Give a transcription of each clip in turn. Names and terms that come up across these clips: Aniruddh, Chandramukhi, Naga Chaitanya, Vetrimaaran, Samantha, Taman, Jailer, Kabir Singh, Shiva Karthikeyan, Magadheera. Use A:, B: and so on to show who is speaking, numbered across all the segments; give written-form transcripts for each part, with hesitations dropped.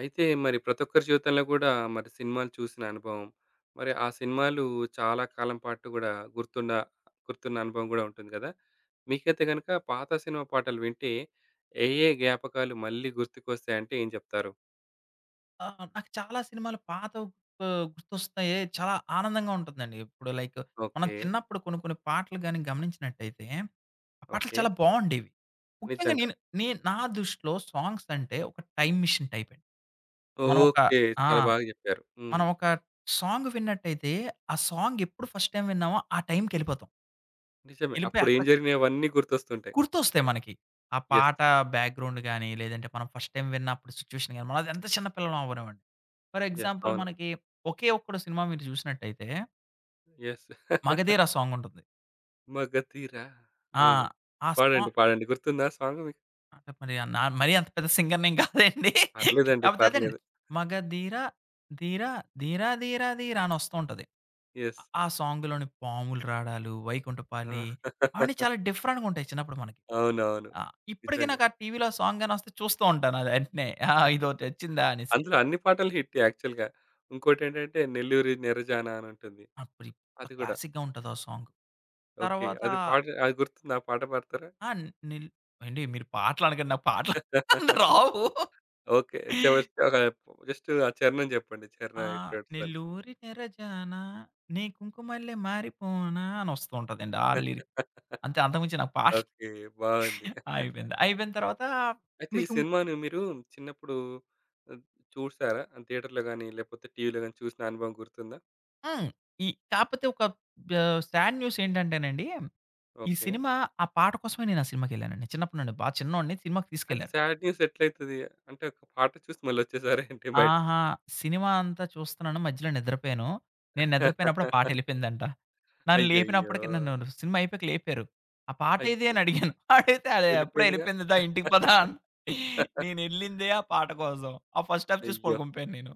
A: అయితే మరి ప్రతి ఒక్కరి జీవితంలో కూడా మరి సినిమాలు చూసిన అనుభవం, మరి ఆ సినిమాలు చాలా కాలం పాటు గూడా గుర్తున్న గుర్తున్న అనుభవం గూడా ఉంటుంది గదా! మీకైతే గనక పాత సినిమా పాటలు వింటే ఏ ఏ జ్ఞాపకాలు మళ్ళీ గుర్తుకొస్తాయంటే ఏం జెప్తారు?
B: ఆ! నాకు చాలా సినిమాలు పాతవి గుర్తొస్తాయి. చాలా ఆనందంగా ఉంటుందండి. ఇప్పుడు లైక్ మనం
A: ఓకే.
B: చిన్నప్పుడు కొన్ని కొన్ని పాటలు గాని గమనించినట్టయితే, ఆ పాటలు
A: ఓకే.
B: చాలా బావుండేవి. ముఖ్యంగా
A: నిజంగా.
B: నేను నే నా దృష్టిలో సాంగ్స్ అంటే ఒక టైమ్ మిషన్ టైప్ అండి. మనం ఒక
A: ఓకే.
B: ఆ!
A: చాలా బాగా జెప్పారు. హ్మ్.
B: మనం ఒక సాంగ్ విన్నట్టయితే, ఆ సాంగ్ ఎప్పుడు ఫస్ట్ టైమ్ విన్నామో ఆ టైమ్‌కెళ్ళిపోతాం.
A: నిజమే.
B: ఎళ్ళిపోయి
A: అప్పుడు ఏం
B: అక్కడ
A: జరిగినవన్నీ గుర్తొస్తుంటాయి.
B: గుర్తొస్తాయి మనకి. ఆ
A: యెస్.
B: పాట బ్యాక్‌గ్రౌండ్ గాని, లేదంటే మనం ఫస్ట్ టైమ్ విన్నప్పుడు సిట్యుయేషన్ గాని, మనం అది ఎంత చిన్న పిల్లలం అవ్వనివ్వండి. For
A: yes.
B: ఎగ్జాంపుల్
A: అవును.
B: మనకి ఒకే ఒక్కడు సినిమా మీరు చూసినట్టయితే
A: యెస్.
B: 'మగధీర' సాంగ్ ఉంటుంది.
A: మగధీర
B: ఆ!
A: అవును.
B: ఆ
A: పాడండి.
B: సాంగ్
A: పాడండి. గుర్తుందా సాంగ్ మీకు?
B: అంటే మరి మరీ అంత పెద్ద సింగర్‌ని ఏం కాదండి.
A: పర్లేదండి.
B: కాకపోతే అదేనండి.
A: పర్లేదు.
B: 'మగధీర ధీర ధీర ధీర ధీర' అని వస్తూ ఉంటది.
A: యెస్.
B: ఆ సాంగ్‌లోని పాములు రాడాలు, 'వైకుంఠపాళి'
A: ఆ!
B: అవన్నీ చాలా డిఫరెంట్‌గా ఉంటాయి చిన్నప్పుడు మనకి.
A: అవునవును.
B: ఆ! ఇప్పటికి
A: నిజంగా.
B: నాకు ఆ టీవీలో సాంగ్ గానొస్తే చూస్తూ ఉంటాను అది ఎంటనే. ఇదోటొచ్చిందా అనేసి.
A: అందులో అన్ని పాటలు హిట్ యాక్చువల్‌గా. ఇంకోటేంటంటే 'నెల్లూరి నెరజాన' అని ఉంటుంది.
B: అప్పుడు ఎంత
A: అది గూడా.
B: క్లాసిక్‌గా ఉంటదో ఆ సాంగ్.
A: ఓకే.
B: తర్వాత
A: అది పాట అది గుర్తుందా? ఆ పాట పాడతారా?
B: ఆ! నిల్ ఏవండి మీరు పాటలనకండి. నాకు పాటలు రావు.
A: ఓకే. చివరి ఒక జస్ట్ ఆ చరణం చెప్పండి. చరణం
B: ఆ!
A: ఎట్లుంటదని.
B: నెల్లూరి నెరజాన నీ కుంకుమల్లె మారిపోనా అనొస్తూ ఉంటదండి. ఆ లిరిక్ అంతే, అంతకు మించి నాకు పాట
A: ఓకే. బావుంది.
B: అయిపోయింది. అయిపోయిన తర్వాత
A: అయితే ఈ
B: మీకు
A: సినిమాను మీరు చిన్నప్పుడు ఆహ్, చూసారా? థియేటర్‌లో గాని, లేకపోతే టీవీలో గాని చూసిన అనుభవం గుర్తుందా?
B: హ్మ్. ఈ కాకపోతే ఒక బ్ సాడ్ న్యూస్ ఏంటంటేనండి, ఈ
A: ఓకే.
B: సినిమా ఆ పాట కోసమే నేను ఆ సినిమాకెళ్ళానండి. చిన్నప్పుడు నన్ను బా చిన్నోడిని సినిమాకి
A: అది
B: తీసుకెళ్లారు.
A: సాడ్ న్యూస్ ఎట్లయితది? అంటే ఒక పాట చూసి మళ్ళొచ్చేసారేంటి బయటికి?
B: ఆహా! సినిమా అంతా చూస్తున్నాను మధ్యలో నిద్రపోయాను. నేను నిద్రపోయినప్పుడు ఆ పాటెళ్ళిపోయిందంట. నన్ను
A: అయ్యయ్యో!
B: లేపినప్పటికి నన్ను సినిమా అయిపోయాక లేపారు. "ఆ పాటేది"
A: అయ్యో!
B: అని అడిగాను. అడిగితే "అదే అప్పుడే
A: వెళ్ళిపోయిందిగా.
B: ఎళ్ళిపోయింది దా ఇంటికి పదా" అన్. నేనెళ్ళిందే ఆ పాట కోసం. ఆ ఫస్ట్ హాఫ్ చూసి
A: అయ్యో!
B: పడుకుండిపోయాను నేను.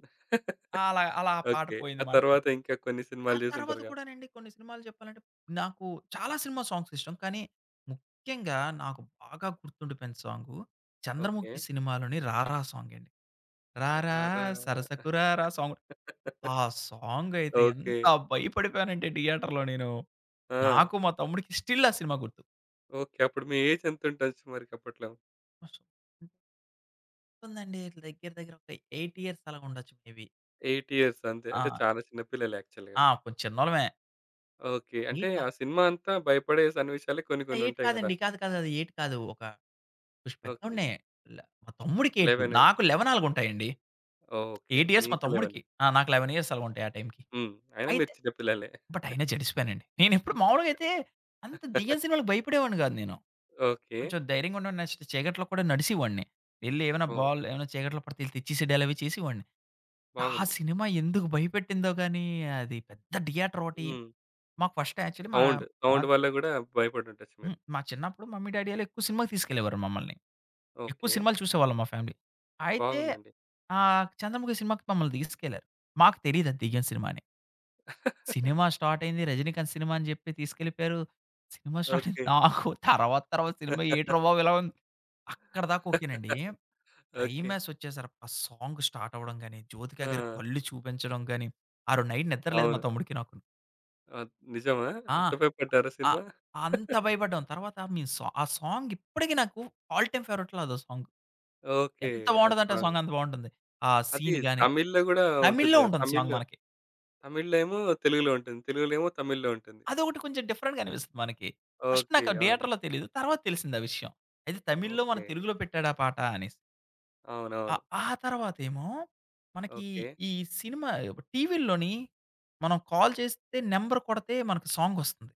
B: అలా అలా ఆ పాట
A: ఓకే. ఆ
B: పోయిందమాట.
A: తర్వాత ఇంకా కొన్ని
B: ఆ
A: సినిమాలు
B: తర్వాత
A: జూసుంటారుగా.
B: కూడానండి కొన్ని సినిమాలు చెప్పాలంటే, నాకు చాలా సినిమా సాంగ్స్ ఇష్టం. కానీ, ముఖ్యంగా నాకు బాగా గుర్తుండిపోయిన సాంగు
A: ఓకే.
B: 'చంద్రముఖి' సినిమాలోని 'రారా' సాంగ్ అండి. 'రారా
A: 'రారా'
B: సరసకు రారా' సాంగ్. ఆ సాంగ్ అయితే
A: ఓకే.
B: ఎంత భయపడిపోయానంటే థియేటర్‌లో నేను.
A: ఆ!
B: నాకు మా తమ్ముడికి స్టిల్ ఆ సినిమా గుర్తు.
A: ఓకే. అప్పుడు మీ ఏజ్ ఎంతుండొచ్చు మరికప్పట్లో?
B: ఎంతుందండి దగ్గర దగ్గర ఒక 8 ఇయర్స్ అలాగా ఉండొచ్చు మేబీ.
A: 8 ఇయర్స్ అంతే.
B: ఆ!
A: అంటే చాలా చిన్న పిల్లలే యాక్చువల్‌గా.
B: ఆ! కొంచెం చిన్నోళ్ళమే.
A: ఓకే. అంటే
B: 8ఆ?
A: ఆ సినిమా అంతా భయపడే సన్నివేశాలే కొన్ని కొన్ని
B: 8
A: ఉంటాయి గదా!
B: కాదండి. కాదు కాదు. అది 8 కాదు. ఒక పుష్
A: ఓకే.
B: పెద్దోడినే. ల మా తమ్ముడికి 8,
A: 11
B: నాకు 11, 4 ఉంటాయండి.
A: ఓకే.
B: 8 ఇయర్స్ మా
A: మీకు 11.
B: తమ్ముడికి. నాకు 11 ఇయర్స్ అలా ఉంటాయి ఆ టైంకి.
A: హ్మ్. అయినా మీరు
B: అయితే
A: చిన్న పిల్లలే.
B: బట్ అయినా జడిసిపోయానండి. నేనెప్పుడు మామూలుగా అయితే అంత దెయ్యం సినిమాలకి భయపడేవాడిని కాదు నేను.
A: ఓకే.
B: కొంచెం ధైర్యంగా ఉండి నెక్స్ట్ చీకట్లో కూడా నడిసేవాడిని. వెళ్లి ఏమైనా
A: ఓహ్!
B: బాల్ ఏమైనా చీకట్లో పడితే ఎళ్లి తెచ్చేసేడాలు అవి చేసేవాడిని. ఆ
A: బాగుంది.
B: సినిమా ఎందుకు భయపెట్టిందో గాని అది పెద్ద థియేటర్ ఒకటి.
A: హ్మ్.
B: మాకు ఫస్ట్ యాక్చువల్లీ మా
A: సౌండ్.
B: మా
A: సౌండ్ వల్ల గూడా భయపడుండొచ్చు మీరు.
B: హ్మ్. మా చిన్నప్పుడు మమ్మీ డాడీ ఆళ్ళు ఎక్కువ సినిమాకి తీసుకెళ్ళేవారు మమ్మల్ని. ఎక్కువ
A: ఓకే.
B: సినిమాలు చూసేవాళ్ళం మా ఫ్యామిలీ. అయితే
A: బాగుందండి.
B: 'చంద్రముఖి' సినిమాకి మమ్మల్ని తీసుకెళ్లారు. మాకు తెలీదు అది దెయ్యం సినిమా అని. సినిమా స్టార్ట్ అయింది 'రజనీకాంత్' సినిమా అని చెప్పి తీసుకెళ్ళిపోయారు. సినిమా స్టార్ట్ అయింది.
A: ఓకే.
B: నాకు తర్వాత తర్వాత సినిమా ఏంట్రా బాబు ఇలా ఉంది. అక్కడిదాకా ఓకేనండి.
A: ఓకే.
B: క్లైమాక్స్ వచ్చేసరికి ఆ సాంగ్ స్టార్ట్ అవ్వడం గాని, 'జ్యోతిక'
A: ఆ!
B: గారి కళ్ళు చూపించడం గాని, ఆ రోజు నైట్ నిద్ర లేదు మా
A: అవును.
B: తమ్ముడికి నాకును.
A: అద్ నిజమా?
B: ఆ!
A: అంత భయపడ్డారా
B: ఆహ్,
A: సినిమా?
B: అంత భయపడ్డాం. తర్వాత మీ సా ఆ సాంగ్ ఇప్పటికి నాకు ఆల్ టైమ్ ఫేవరెట్‌లో అదో సాంగ్.
A: ఓకే.
B: ఎంత
A: ఆ
B: బావుంటదంటే ఆ
A: సాంగ్.
B: సాంగ్ అంత బావుంటుంది. ఆ
A: అది
B: సీన్ గాని
A: తమిళ్‌లో గూడా ఉంటుంది
B: తమిళ్‌లో
A: గదా!
B: ఉంటుంది సాంగ్
A: తమిళ్‌లో
B: మనకి.
A: తమిళ్‌లో ఏమో తెలుగులో ఉంటుంది. తెలుగులో ఏమో తమిళ్‌లో ఉంటుంది.
B: అదొకటి కొంచెం డిఫరెంట్‌గా అనిపిస్తుంది మనకి. First
A: okay.
B: నాకు
A: అవును.
B: థియేటర్‌లో తెలీదు. తర్వాత తెలిసింది ఆ విషయం. అయితే తమిళ్‌లో మన
A: ఓకే.
B: తెలుగులో పెట్టాడు ఆ పాట అనేసి.
A: అవునవును.
B: ఆ తర్వాతేమో మనకి
A: ఓకే.
B: ఈ సినిమా టీవీల్లోని మనం కాల్ చేస్తే నంబర్ కొడితే మనకు సాంగొస్తుంది.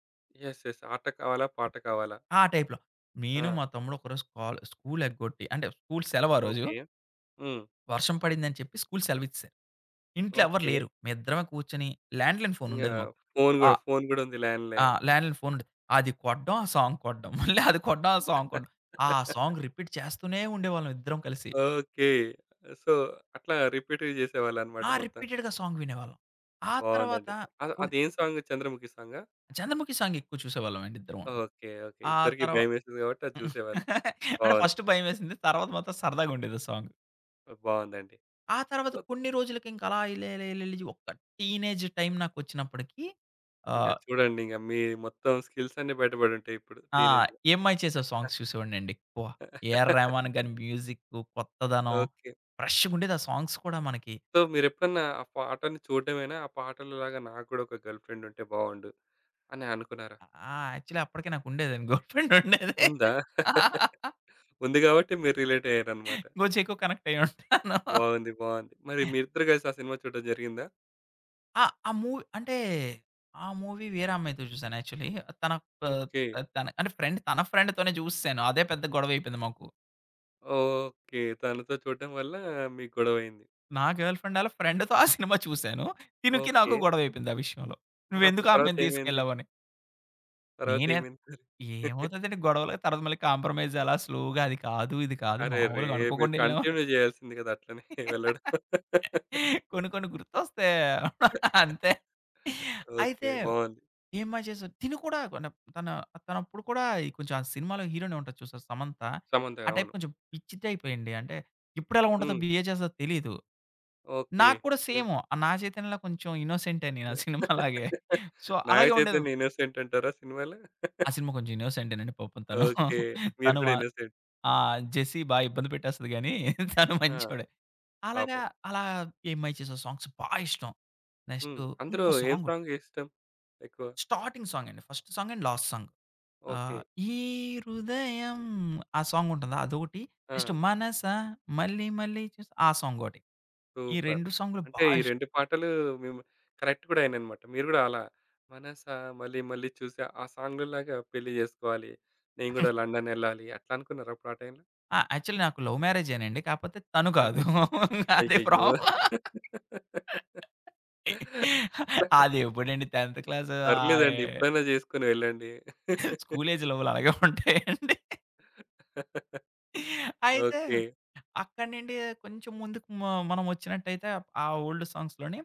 A: యెస్. యెస్. ఆట కావాలా? పాట కావాలా?
B: ఆ టైప్‌లో. నేను
A: ఆ!
B: మా తమ్ముడు ఒకరోజు కాల్ స్కూల్ ఎగ్గొట్టి అంటే స్కూల్ సెలవు ఆ రోజు.
A: ఓకే. హ్మ్.
B: వర్షం పడిందని చెప్పి స్కూల్ సెలవిచ్చేసారు. ఇంట్లో ఎవ్వరు
A: ఓకే.
B: లేరు. మేమిద్దరమే కూర్చొని ల్యాండ్‌లైన్
A: ఇంగ
B: ఫోనుండేది మాకు.
A: ఫోను
B: ఆ!
A: గూడా, ఫోను గూడా ఉంది ల్యాండ్
B: ఆ!
A: లైన్.
B: ల్యాండ్‌లైన్ ఫోన్ ఉండేది. అది కొట్టడం, ఆ సాంగ్ కొట్టడం. మళ్ళీ అది కొట్టడం, ఆ సాంగ్ కొట్టడం. ఆ సాంగ్ రిపీట్ చేస్తూనే ఉండేవాళ్ళం ఇద్దరం కలిసి.
A: ఓకే. సో, అట్లా రిపీట్‌గా చేసేవాళ్ళనమాట
B: ఆ!
A: మొత్తం.
B: రిపీటెడ్‌గా సాంగ్ వినేవాళ్ళం. ఆ తర్వాత
A: బావుందండి. అద
B: కొన్
A: అదేం సాంగ్ 'చంద్రముఖి' సాంగా?
B: 'చంద్రముఖి' సాంగ్ ఎక్కువ చూసేవాళ్ళం అండి ఇద్దరమును.
A: ఓకే. ఓకే.
B: ఆ
A: ఇద్దరికీ
B: తర్వా
A: భయమేసింది కాబట్టి అది చూసేవాళ్ళు.
B: అంటే
A: బావుంది.
B: ఫస్ట్ భయమేసింది. తర్వాత మాత్రం సరదాగా ఉండేది ఆ సాంగ్.
A: బావుందండి.
B: ఆ తర్వాత
A: సో,
B: కొన్ని రోజులకి ఇంక అలా ఎళ్లి, ఎళ్లి, ఎళ్లి, ఎళ్లి ఒక టీనేజ్ టైమ్ నాకొచ్చినప్పటికి
A: ఇంగ
B: ఆహ్
A: చూడండి ఇంగ మీ మొత్తం స్కిల్స్ అన్నీ బయటపడుంటాయి ఇప్పుడు
B: ఆ!
A: టీనేజ్‌లో.
B: 'ఏమ్మాయి చేసావే' సాంగ్స్ చూసేవాడినండి ఎక్కువ. 'ఏఆర్ రెహమాన్' గారి మ్యూజిక్కు, కొత్తదనం
A: ఓకే.
B: ఫ్రెష్‌గుండేది ఆ సాంగ్స్ కూడా మనకి.
A: సో, మీరెప్పుడన్నా ఆ పాటని చూడడమేనా? ఆ పాటలలాగా నాకు గూడా ఒక గర్ల్ ఫ్రెండ్ ఉంటే బావుండు అని అనుకున్నారా?
B: యాక్చువల్లీ అప్పటికే నాకుండేదండి గర్ల్ ఫ్రెండ్ ఉండేది.
A: ఉందా? ఉంది గాబట్టి మీరు రిలేట్ అయ్యారన్నమాట.
B: ఇంకొంచెం ఎక్కువ కనెక్ట్ అయ్యి ఉంటాను.
A: బావుంది. బావుంది. మరి మీరిద్దరు కలిసి ఆ సినిమా చూడడం జరిగిందా?
B: ఆ! ఆ మూవీ అంటే ఆ మూవీ వేరే అమ్మాయితో చూసాను యాక్చువల్లీ. తన ప
A: ఓకే.
B: తన అంటే ఫ్రెండ్ తన ఫ్రెండ్‌తోనే చూసేసాను. అదే పెద్ద గొడవైపోయింది మాకు.
A: ఓకే. తనతో చూడడం వల్ల మీకు గొడవయింది.
B: నా గర్ల్ ఫ్రెండ్ ఆళ్ళ ఫ్రెండ్‌తో ఆ సినిమా చూసాను. తినికి నాకు
A: ఓకే.
B: గొడవైపోయింది ఆ విషయంలో.
A: మరప్పుడు
B: "నువ్వెందుకు ఆ
A: తర్వాత
B: అమ్మాయిని
A: ఏమైంది?
B: తీసుకెళ్ళావు" అని.
A: తర్వాత
B: నేనే
A: ఏమైంది మరి?
B: ఏమవుతదండి గొడవలకి తర్వాత మళ్ళీ కాంప్రమైజ్ అలా స్లోగా అది కాదు, ఇది కాదు
A: అరెరే!
B: మామూలుగా
A: మీరు
B: అనుకోకుండా ఎళ్ళాం అని
A: కంటిన్యూ జేయాల్సింది గదా! అట్లనే వెళ్ళడం.
B: కొన్ని కొన్ని గుర్తొస్తాయి. అంతే.
A: ఓకే.
B: అయితే
A: బావుంది.
B: ఏం బా చేసాం తిను కూడా కొన తన తనప్పుడు కూడా ఈ కొంచెం ఆ సినిమాలో హీరోయిన్ ఉంటది చూసారా 'సమంత'
A: సమంత
B: ఆ టైప్
A: అవును.
B: కొంచెం పిచ్చి టైప్ అండి. అంటే ఎప్పుడెలా ఉంటదో,
A: హ్మ్.
B: బిహేవ్ చేస్తదో తెలీదు.
A: ఓకే.
B: నాకు కూడా సేము. నా చైతన్యలా కొంచెం ఇన్నోసెంటే నేను ఆ సినిమాలాగే. సో,
A: నాగ
B: అలాగే ఉండేది.
A: చైతన్య ఇన్నోసెంట్ అంటారా సినిమాలో?
B: ఆ సినిమా కొంచెం ఇన్నోసెంటేనండి పాపం తను.
A: ఓకే. మీరు
B: తను
A: కూడా
B: మా
A: ఇన్నోసెంట్.
B: ఆ! జెస్సీ బా ఇబ్బంది పెట్టేస్తది గానీ తను
A: ఆ!
B: మంచోడే. అలాగా
A: పాపం.
B: అలా ఎంఐ చేసే సాంగ్స్ బా ఇష్టం.
A: హ్మ్.
B: నెక్స్టు
A: అందులో
B: ఇంకో
A: ఏం
B: సాంగ్
A: సాంగ్ ఇష్టం ఎక్కువ?
B: స్టార్టింగ్ సాంగ్ అండి. First song and last song.
A: Okay.
B: ఆహ్, ఈ హృదయం ఆ సాంగ్ ఉంటుందా అదొకటి.
A: ఆ!
B: నెక్స్ట్ మనసా మళ్ళీ మళ్ళీ ఆ సాంగ్ ఒకటి. ఈ
A: సూపర్.
B: 2 సాంగ్‌లు
A: అంటే
B: బా
A: ఈ
B: ఇష్టం.
A: 2 పాటలు మేము కనెక్ట్ కూడా అయిననమాట. మీరు కూడా అలా మనసా మళ్ళీ మళ్ళీ చూసా ఆ సాంగ్‌లోలాగా పెళ్లి జేసుకోవాలి. నేను గూడా లండన్ ఎళ్ళాలి అట్లా అనుకున్నారా అప్పుడు ఆ టైంలో?
B: యాక్చువల్లీ నాకు లవ్ మ్యారేజేనండి. కాపోతే తను
A: ఆ!
B: కాదు. అదే
A: అయ్యయ్యో!
B: ప్రాబ్లమ్. అదెప్పుడండి 10th క్లాసు ఆయ్.
A: పర్లేదండి. ఇప్పుడైనా జేసుకొని వెళ్ళండి.
B: స్కూల్ ఏజ్ లవ్వులు అలాగే ఉంటాయండి. అయితే
A: ఓకే.
B: అక్కడి నుండి కొంచెం ముందుకు మనం వచ్చినట్టయితే ఆ ఓల్డ్ సాంగ్స్‌లోని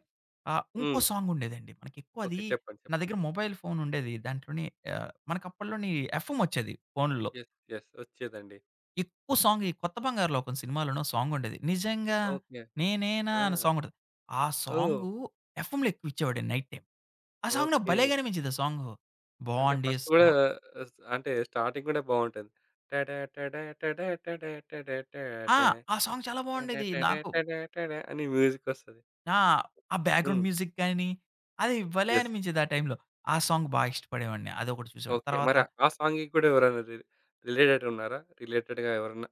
B: ఇంకో
A: హ్మ్.
B: సాంగ్ ఉండేదండి. మనకెక్కువ
A: ఓకే.
B: అది
A: చెప్పండి.
B: నా
A: చెప్పండి.
B: దగ్గర మొబైల్ ఫోన్ ఉండేది. దాంట్లోని మనకు అప్పట్లోని ఎఫ్ఎం వచ్చేది ఫోనుల్లో.
A: యెస్. యెస్. వచ్చేదండి.
B: ఎక్కువ సాంగ్ ఈ 'కొత్త బంగారు లోకం' సినిమాలోనో సాంగ్ ఉండేది. 'నిజంగా
A: ఓకే.
B: నేనేనా'
A: ఆ!
B: అనే సాంగ్ ఉంటది. ఆ
A: ఓహ్!
B: సాంగు ఎఫ్ఎంలో ఎక్కువ ఇచ్చేవాడండి నైట్ టైమ్. ఆ సాంగ్ నాకు
A: ఓకే.
B: భలేగా అనిపించేది ఆ సాంగు.
A: అంటే
B: బావుండి
A: ఫస్ట్
B: సా
A: గూడా స్ అంటే స్టార్టింగ్ గూడా బావుంటుంది. టడ టడ టడ టడ టడ టాట
B: ఆ! ఆ సాంగ్ చాలా
A: టడ
B: బావుండేది
A: టడ
B: నాకు.
A: టడ టడ అని మ్యూజికొస్తది.
B: ఆ! ఆ
A: హ్మ్.
B: బ్యాక్‌గ్రౌండ్ మ్యూజిక్ గాని, అది భలే
A: యెస్.
B: అనిపించేది ఆ టైంలో. ఆ సాంగ్ బా ఇష్టపడేవాడిని. అదొకటి చూసేవాడిని.
A: ఓకే.
B: తర్వాత
A: మరి ఆ సాంగ్‌కి కూడా ఎవరైనా రి రిలేటెడ్ ఉన్నారా? రిలేటెడ్‌గా ఎవరన్నా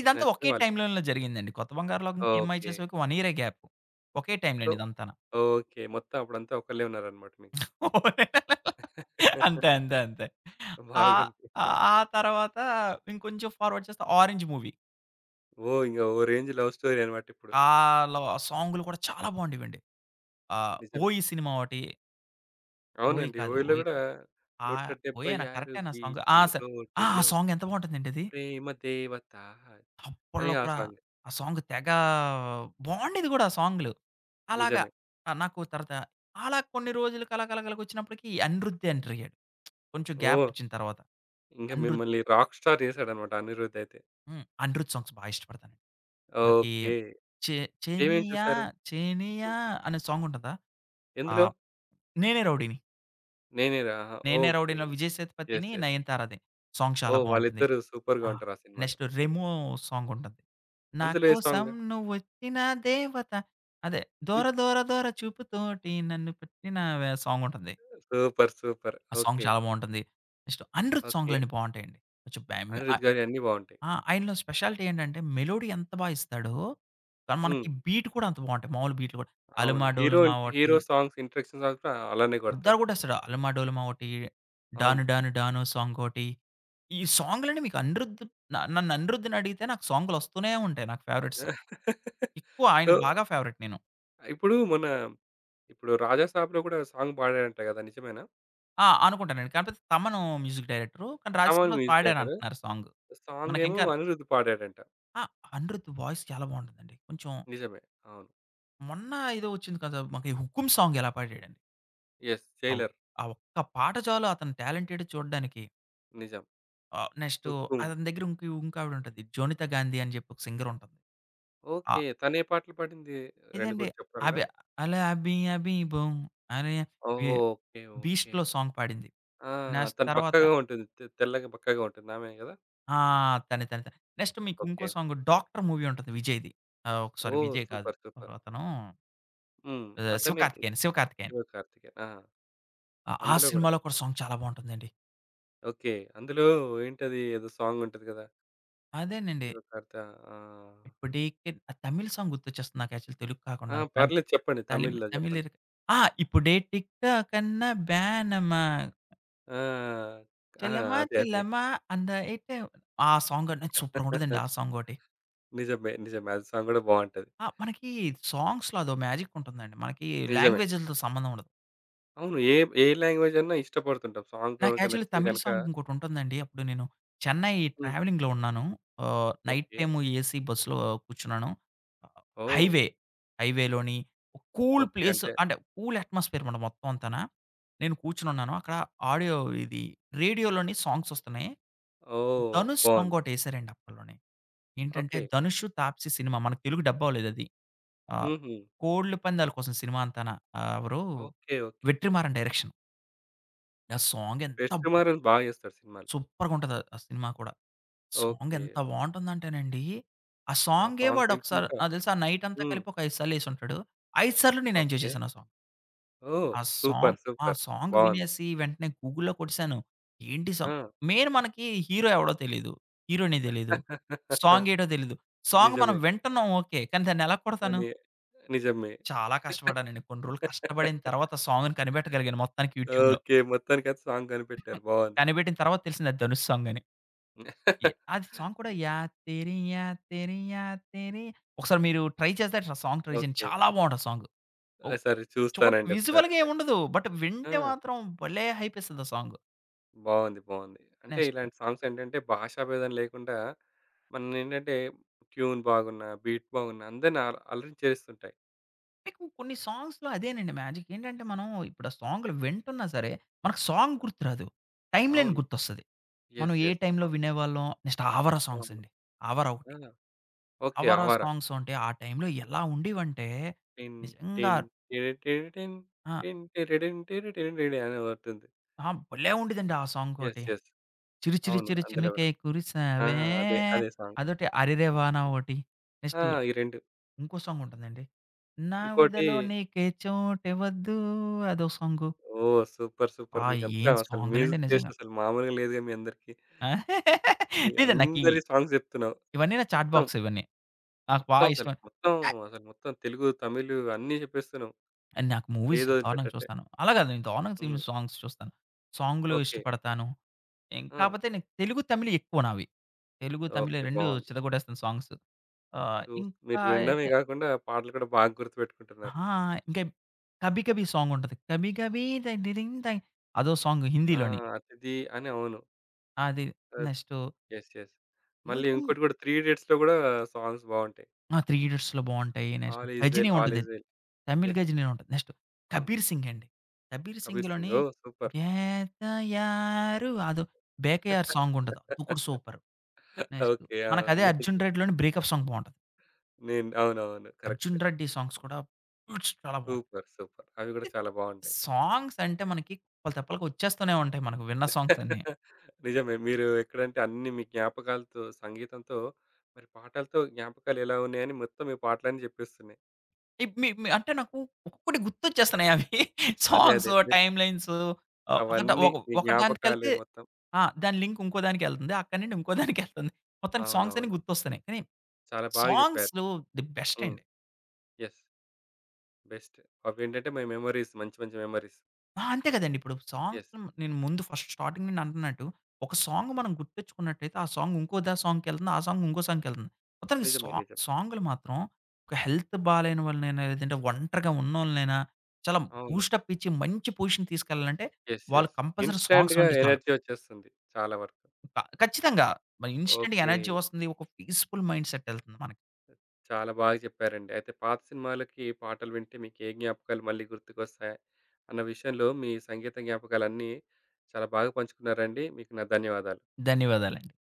A: మీకు
B: ఇదంతా
A: నచ్చిన
B: ఒకే
A: వాళ్ళు?
B: టైమ్ లైన్‌లో జరిగిందండి. 'కొత్త బంగారు లోకంకి' 'ఈ అమ్మాయి
A: ఓకే.
B: చేసవకి' 1 ఇయరే గ్యాప్. ఒకే టైమ్
A: సో
B: లైన్ ఇదంతాన.
A: ఓకే. మొత్తం అప్పుడంతా ఒకళ్ళే ఉన్నారనమాట మీకు.
B: అంతే. అంతే. అంతే. ఆహ్,
A: బాగుంది.
B: ఆ తర్వాత ఇంకొంచెం ఫార్వర్డ్ చేస్తే 'ఆరెంజ్' మూవీ.
A: ఓహ్! ఇంగ ఓ రేంజ్ లవ్ స్టోరీ అన్నమాట ఇప్పుడు.
B: ఆలో ఆ సాంగ్‌లు కూడా చాలా బాగుండేవండి. ఆహ్,
A: నిజమే.
B: 'ఓయి' సినిమా ఒకటి. 'ఓయి'
A: అవునండి.
B: కాదు.
A: ఓయిలో గూడా
B: ఆహ్, 'ఓయేనా'
A: 176
B: కరెక్టేనా సాంగ్?
A: బీచ్
B: ఆ! స ఆ! ఆ
A: రోడ్డులో
B: సాంగ్ ఎంత బాగుంటుందండి అది.
A: ప్రేమ దేవత అని
B: అప్పట్లో
A: ఆ
B: కూడా
A: సాంగ్.
B: ఆ సాంగ్ తెగ బాగుండేది కూడా ఆ సాంగులు. అలాగా
A: నిజమే.
B: నాకు తర్వాత అలా కొన్ని రోజులకి అలాగ అలాగ అలాగొచ్చినప్పటికి అనిరుద్ ఎంటరయ్యాడు. కొంచెం గ్యాప్
A: ఓహ్!
B: వచ్చిన తర్వాత.
A: ఇంక
B: అనిరుద్
A: మిమ్మల్ని రాక్ స్టార్ చేసాడన్నమాట అనిరుద్ అయితే.
B: హ్మ్. అనిరుద్ సాంగ్స్ బాగా ఇష్టపడతానండి. మనకి
A: ఓకే.
B: చే
A: ఏమేం
B: 'చేనియా
A: చూసారు?
B: చేనియా'
A: హ్మ్.
B: అనే సాంగ్ ఉంటదా?
A: ఎందులో?
B: ఆహ్, 'నేనే రౌడీని',
A: 'నేనేరా' ఆహా!
B: 'నేనే
A: ఓకే.
B: రౌడీలో' విజయ్ సేతుపతిని,
A: యెస్. యెస్.
B: నయనతారది. సాంగ్ చాలా
A: ఓహ్!
B: బావుంటుంది.
A: వాళ్ళిద్దరూ సూపర్‌గా
B: ఆ!
A: ఉంటారు ఆ సినిమాలో.
B: నెక్స్ట్ 'రెమో' సాంగుంటది. నా
A: అందులో ఏ
B: కోసం
A: సాంగ్?
B: నువ్వొచ్చిన దేవత అదే
A: ఈ
B: 'దూర దూర దూర చూపుతోటి నన్ను పట్టినావే' ఆ సాంగుంటుంది.
A: సూపర్.
B: ఆ సాంగ్
A: ఓకే.
B: చాలా బావుంటుంది. Next 'Anirudh'
A: okay.
B: సాంగులన్నీ బావుంటాయండి. కొంచెం బ్యామ్
A: అనిరుద్
B: ఆహ్,
A: గారియి అన్నీ బావుంటాయి.
B: ఆ! ఆయనలో స్పెషాలిటీ ఏంటంటే మెలోడీ ఎంత బా ఇస్తాడో, కానీ
A: హ్మ్.
B: మనకి బీట్ కూడా అంత బావుంటాయి. మామూలు బీట్‌లు కూడా
A: అవును.
B: 'అలుమా
A: హీరో
B: డోలుమా' ఒకటి
A: హీరో సాంగ్స్ ఇంట్రడక్షన్ సాంగ్స్ కూడా అలానే
B: అందరు
A: కొడతాడు.
B: గొట్టేస్తాడు. 'అలమా డోలమా' ఒకటి,
A: అవును.
B: 'డాను డాను డాను' సాంగ్ ఒకటి. ఈ సాంగ్‌లన్నీ మీకు అనిరుద్ న నన్ను అనిరుద్‌ని అడిగితే నాకు సాంగ్‌లొస్తూనే ఉంటాయి నాకు ఫేవరెట్స్. ఎక్కువ ఆయన
A: సో,
B: బాగా ఫేవరెట్ నేను.
A: ఇప్పుడు మొన్న ఇప్పుడు 'రాజా సాబ్‌లో' కూడా సాంగ్ పాడాడంట కదా! నిజమేనా?
B: అనుకుంటానండి. కాకపోతే తమను మ్యూజిక్ డైరెక్టరు. కానీ
A: తమన్
B: 'రాజసభలో'
A: మ్యూజిక్
B: పాడాను
A: డైరెక్టర్.
B: అంటున్నారు సాంగ్.
A: సాంగ్ ఏమో
B: మనకింకా
A: అనిరుద్ పాడాడంట.
B: ఆ! అనిరుద్ వాయిస్ చాలా బావుంటుందండి. కొంచెం
A: నిజమే. అవును.
B: మొన్న ఏదో వచ్చింది కదా! మనకి 'హుకుమ్' సాంగ్ ఎలా పాడాడండి.
A: యెస్.
B: ఆ ఒ
A: 'జైలర్'
B: ఆ ఒక్క పాట చాలు అతని టాలెంటేడ్ చూడడానికి.
A: నిజం.
B: ఆహ్, నెక్స్టు
A: 'హుకుమ్'
B: అతని దగ్గర ఇంక ఇంకావిడ ఉంటది. 'జోనితా గాంధీ' అని చెప్పి ఒక సింగర్ ఉంటుంది. ఆ
A: ఓకే. తనే పాటలు పాడింది. 2
B: ఇదండి.
A: కూడా చెప్పగలరా?
B: అబి 'అలా అబి అబి బొం' అనే బి
A: ఓకే. ఓకే.
B: 'బీస్ట్‌లో' సాంగ్ పాడింది.
A: ఆ!
B: నెక్స్ట్
A: తను
B: తర్వాత
A: బక్కగా ఉంటుంది. తె తెల్లగా బక్కగా ఉంటుంది. ఆమె కదా!
B: ఆ! తనే, తనే, తనే. నెక్స్ట్ మీకు
A: ఓకే.
B: ఇంకో సాంగ్ 'డాక్టర్' మూవీ ఉంటుంది విజయ్‌ది. ఓహ్, సారీ
A: ఓహ్!
B: విజయ్ కాదు.
A: సూపర్.
B: ఎవరతను
A: హ్మ్. అతనే
B: శివకార్తికేయన్, శివకార్తికేయన్.
A: శివ కార్తికేయన్. ఆ!
B: ఆ
A: అందులో గూడా.
B: సినిమాలో కూడా సాంగ్ చాలా బావుంటుందండి.
A: ఓకే. అందులో ఏంటది ఏదో సాంగుంటది గదా!
B: అదేనండి.
A: 'శివకార్త' ఆ!
B: ఇప్పుడేకే ఆ తమిళ్ సాంగ్ గుర్తొచ్చేస్తుంది నాకు యాక్చువల్ తెలుగు
A: ఆ!
B: కాకుండా.
A: పర్లేదు చెప్పండి. తమిళ్‌లో
B: తమిళ్
A: జెప్పండి.
B: లిరిక్. ఆ! ఇప్పుడే టిక్ టాక్ అన్నా బ్యానమా
A: ఆ! ఆ!
B: చెల్లెమ్మా
A: అదే.
B: చెల్లెమ్మా అందఎయిటే ఆ సాంగ్ అనేది సూపర్ ఉంటదండి ఆ సాంగ్ ఒకటి.
A: నిజమే. అది సాంగ్ గూడా బావుంటది.
B: మనకి సాంగ్స్‌లో అదో మ్యాజిక్ ఉంటుందండి. మనకి
A: నిజమే.
B: లాంగ్వేజ్‌లతో సంబంధం ఉండదు.
A: అవును. ఏ ఏ లాంగ్వేజ్ అన్నా ఇష్టపడుతుంటాం. సాంగ్
B: నాకు
A: గనుక
B: యాక్చువల్లీ
A: నచ్చితే
B: తమిళ్
A: గనక
B: సాంగ్ ఇంకోటి ఉంటుందండి. అప్పుడు నేను చెన్నై
A: హ్మ్.
B: ట్రావెలింగ్‌లో ఉన్నాను. Night
A: okay.
B: టైమ్ ఏసీ బస్సులో కూర్చున్నాను.
A: ఓహ్!
B: హైవే, హైవేలోని కూల్
A: ఓకే.
B: ప్లేస్
A: అంటే
B: అంటే కూల్ అట్మాస్ఫియర్ మాట మొత్తం అంతానా. నేను కూర్చొనున్నాను. అక్కడ ఆడియో ఇది రేడియోలోని సాంగ్స్ వస్తున్నాయి.
A: ఓహ్!
B: ధనుష్ సాంగ్
A: బావుంది.
B: ఒకటేసారండి అప్పట్లోనే. ఏంటంటే
A: ఓకే.
B: 'ధనుష్, తాప్సీ' సినిమా మనకు తెలుగు డబ్ అవ్వలేదది. ఆహ్,
A: హుహు.
B: కోళ్ల పందాల కోసం సినిమా అంతాన. ఆహ్, ఎవరు
A: ఓకే. ఓకే.
B: 'వెట్రిమారన్' డైరెక్షన్. ఆ సాంగ్ ఎంత బా
A: 'వెట్రిమారన్' బా జేస్తాడు సినిమాలు.
B: సూపర్‌గుంటది ఆ ఆ సినిమా కూడా. Song
A: okay.
B: ఎంత బావుంటుందంటేనండి, ఆ
A: ఆ
B: సాంగే
A: సాంగ్
B: వాడు ఒకసారి
A: వినుకుంటా
B: నాకు తెలిసి ఆ నైట్ అంతా
A: హ్మ్.
B: కలిపి ఒక 5 సార్లు ఏసుంటాడు. 5 సార్లు నేను ఎంజాయ్
A: ఓకే.
B: చేశాను ఆ సాంగ్.
A: ఓహ్!
B: ఆ సాంగ్
A: సూపర్.
B: ఆ
A: సూపర్.
B: సాంగ్
A: బావుంది.
B: వినేసి వెంటనే గూగుల్‌లో కొట్టేసాను. ఏంటి
A: ఆ!
B: సాంగ్ మెయిన్ మనకి హీరో ఎవడో తెలీదు. హీరోయిన్ తెలీదు. సాంగ్ ఏటో తెలీదు. సాంగ్ మనం
A: నిజమే.
B: వింటున్నాం ఓకే. కానీ దాన్ని ఎలా కొడతాను?
A: కానీ నిజమే.
B: చాలా కష్టపడ్డానండి. కొన్ని రోజులు కష్టపడిన తర్వాత సాంగ్‌ని కనిపెట్టగలిగాను మొత్తానికి యూట్యూబ్‌లో.
A: ఓకే. మొత్తానికైతే సాంగ్ కనిపెట్టారు. బావుంది.
B: కనిపెట్టిన తర్వాత తెలిసింది అది ధనుష్ సాంగ్ అని. ఎ అది సాంగ్ కూడా యా తెరి యా తెరి యా తెరి. ఒకసారి మీరు ట్రై చేస్తే ఆ సాంగ్ ట్రై చేయండి.
A: ఓకే.
B: చాలా బావుంటది సాంగ్.
A: ఆ!
B: ఓహ్!
A: సరే
B: చూ
A: చూస్తానండి ఒకసారి
B: విజువల్‌గా
A: నెట్.
B: ఏముండదు. బట్
A: ఆ!
B: వింటే మాత్రం భలే హైపిస్తది ఆ సాంగ్.
A: బావుంది. అంటే
B: నెక్స్ట్
A: ఇలాంటి సాంగ్స్ ఏంటంటే భాషా భేదం లేకుండా మననేంటంటే ట్యూన్ బాగున్నా, బీట్ బాగున్నా అందరిని అల అలరించేస్తుంటాయి.
B: మీకు కొన్ని సాంగ్స్‌లో అదేనండి మ్యాజిక్. ఏంటంటే మనం ఇప్పుడు ఆ సాంగ్‌లు వింటున్నా సరే, మనకు సాంగ్ గుర్తురాదు. టైమ్ లైన్
A: అవును.
B: గుర్తొస్తది. మనం
A: యెస్.
B: ఏ
A: యెస్.
B: టైమ్‌లో
A: అవును.
B: వినేవాళ్ళం. నెక్స్ట్ 'ఆవారా' సాంగ్స్
A: అవును.
B: అండి. 'ఆవారా'
A: ఆ!
B: ఒకటి.
A: ఓకే.
B: 'ఆవారా'
A: 'ఆవార.'
B: సాంగ్స్ అంటే ఆ టైమ్‌లో ఎలా ఉండేవంటే
A: టిన్
B: నిజంగా
A: టిన్ టిరిటిరి టిన్
B: ఆ!
A: టిన్ టిరిడిన్ టిరిటిరిడిన్ అని ఒకటుంది.
B: ఆ! భలే ఉండేదండి ఆ సాంగ్
A: యెస్.
B: ఒకటి.
A: యెస్.
B: 'చిరు చిరు
A: అవును.
B: చిరు
A: అందులో గూడా.
B: చినుకై
A: ఆ!
B: కురిసావే'
A: అదే. అదే సాంగ్.
B: అదొకటి. 'అరెరే వాన' ఒకటి.
A: ఆ!
B: నెక్స్ట్
A: ఈ 2
B: ఇంకో సాంగ్ ఉంటుందండి. 'నా
A: ఇంకోటి
B: వెదలో నీకే చోటివ్వద్దు' అదో సాంగు.
A: ఓహ్! సూపర్.
B: ఆ!
A: మీకంతా
B: ఏం
A: అసలు
B: సాంగులండి
A: మ్యూజిక్ టేస్ట్
B: నిజంగా.
A: అసలు మామూలుగా లేదుగా మీ అందరికీ.
B: ఆ!
A: మీ
B: లేదండి
A: అందరి సాంగ్స్ జెప్తున్నావు.
B: ఇవన్నీ నా చాట్
A: మొత్తం.
B: బాక్స్ ఇవన్నీ. నాకు బా
A: మొత్తం అసలు.
B: ఇష్టం.
A: మొత్తం
B: ఆహ్,
A: అసలు మొత్తం తెలుగు, తమిళ్ అన్నీ జెప్పేస్తున్నావు.
B: నాకు మూవీస్
A: ఏది
B: దారుణంగా
A: వదిలిపెట్టట్లే.
B: చూస్తాను. అలా కాదు నేను దారుణంగా
A: హ్మ్.
B: సినిమా సాంగ్స్ చూస్తాను. సాంగులు
A: ఓకే.
B: ఇష్టపడతాను. ఇం
A: ఆ!
B: కాపోతే నాకు తెలుగు, తమిళ్ ఎక్కువ నావి. తెలుగు, తమిళ్
A: ఓకే.
B: 2
A: బావుంది.
B: చితకొట్టేస్తాను సాంగ్స్.
A: చూస్
B: ఇంకా
A: మీరు వినడమే
B: అయితే
A: గాకుండా పాటలు కూడా బాగా గుర్తుపెట్టుకుంటున్నారు.
B: ఆ! ఇంకా 'కభీ కభీ' సాంగ్ ఉంటది. 'కభీ కభీ ధై ధై ధిన్ ధై' అదో సాంగ్
A: ఆ!
B: హిందీలోని.
A: అతిథి అని అవును.
B: అది
A: ఆహ్,
B: నెక్స్టు
A: యెస్. యెస్.
B: ఇంకా
A: మళ్ళీ ఇంకోటి కూడా 'త్రీ ఇడియట్స్‌లో' గూడా సాంగ్స్ బావుంటాయి.
B: ఆ! 'త్రీ ఇడియట్స్‌లో' బావుంటాయి. Next
A: 'all is well,
B: 'Ghajini'
A: all
B: ఉంటది.
A: Is well.'
B: Tamil
A: yes.
B: 'Ghajini' ఉంటది. నెక్స్ట్
A: అవును.
B: 'కబీర్ సింగ్' అండి. 'కబీర్
A: కబీర్ సింగ్.
B: సింగ్‌లోని'
A: ఓహ్! సూపర్.
B: గేతయారు' అదో
A: ఓకే.
B: 'బేకయార్' సాంగ్ ఉంటది. అది కూడా సూపర్.
A: ఆ!
B: నెక్స్ట్ మనకదే
A: యెస్.
B: 'అర్జున్ రెడ్డి'లోని 'బ్రేకప్' సాంగ్ బావుంటది.
A: నేను అవునవును.
B: 'అర్జున్
A: కరెక్టే.
B: రెడ్డి' సాంగ్స్ కూడా ఫుల్స్ చాలా బావుంటాయి.
A: సూపర్. అవి గూడా చాలా బావుంటాయి.
B: సాంగ్స్ అంటే మనకి కుప్పలు తెప్పలుగా వచ్చేస్తూనే ఉంటాయి మనకు విన్న సాంగ్స్ అన్ని.
A: నిజమే. మీరు ఎక్కడంటే అన్నీ మీ జ్ఞాపకాలతో, సంగీతంతో మరి పాటలతో జ్ఞాపకాలు ఎలా ఉన్నాయని మొత్తం మీ పాటలన్నీ జెప్పేస్తున్నాయి.
B: ఇప్ మీ మీ అంటే నాకు ఒక్కొక్కటి గుర్తొచ్చేస్తున్నాయి అవి.
A: అదే.
B: సాంగ్సు,
A: మీరు
B: టైమ్‌లైన్సు. ఆహ్, ఒక ద
A: అవన్నీ
B: ఒక
A: మీ
B: ఒక దానికెళ్తే
A: జ్ఞాపకాలు మొత్తం.
B: దాని లింక్ ఇంకో దానికెళ్తుంది. అక్కడి నుండి ఇంకో దానికెళ్తుంది. మొత్తానికి సాంగ్స్ అన్నీ
A: అవునవును.
B: గుర్తొస్తున్నాయి. కానీ
A: చాలా బాగా జెప్పారు.
B: సాంగ్స్‌లో ది బెస్ట్
A: హ్మ్.
B: అండి.
A: యెస్. బెస్ట్. అవేంటంటే మై మెమోరీస్. మంచి మంచి మెమోరీస్.
B: అంతే కదండీ. ఇప్పుడు సాంగ్స్
A: యెస్.
B: నేను ముందు ఫస్ట్ స్టార్టింగ్ నుండి అంటున్నట్టు, ఒక సాంగ్ మనం గుర్తించుకున్నట్టయితే, ఆ సాంగ్ ఇంకో సాంగ్‌కెళ్తుంది. ఆ సాంగ్ ఇంకో సాంగ్‌కెళ్తుంది. మొత్తానికి
A: నిజమే.
B: సా
A: నిజమే.
B: సాంగులు మాత్రం ఒక హెల్త్ బాలేని వాళ్ళనైనా, లేదంటే ఒంటరిగా ఉన్నోళ్ళనైనా చాలా
A: అవును.
B: బూస్టప్ ఇచ్చి మంచి పొజిషన్ తీసుకెళ్ళాలంటే,
A: యెస్.
B: వాళ్ళు
A: యెస్.
B: కంపల్సరీ సాంగ్స్
A: ఇన్‌స్టాంట్‌గా
B: వింటే చాలు.
A: ఎనర్జీ వచ్చేస్తుంది చాలా వరకు.
B: ఖచ్చితంగా! మరి ఇన్‌స్టంట్‌గా
A: ఓకే.
B: ఎనర్జీ వస్తుంది. ఒక పీస్‌ఫుల్ మైండ్‌సెట్ ఎళ్తుంది మనకి.
A: చాలా బాగా చెప్పారండి. అయితే పాత సినిమాలకి పాటలు వింటే మీకు ఏ జ్ఞాపకాలు మళ్ళీ గుర్తుకొస్తాయి అన్న విషయంలో మీ సంగీత జ్ఞాపకాలన్నీ చాలా బాగా పంచుకున్నారండి. మీకు నా ధన్యవాదాలు.
B: ధన్యవాదాలండి.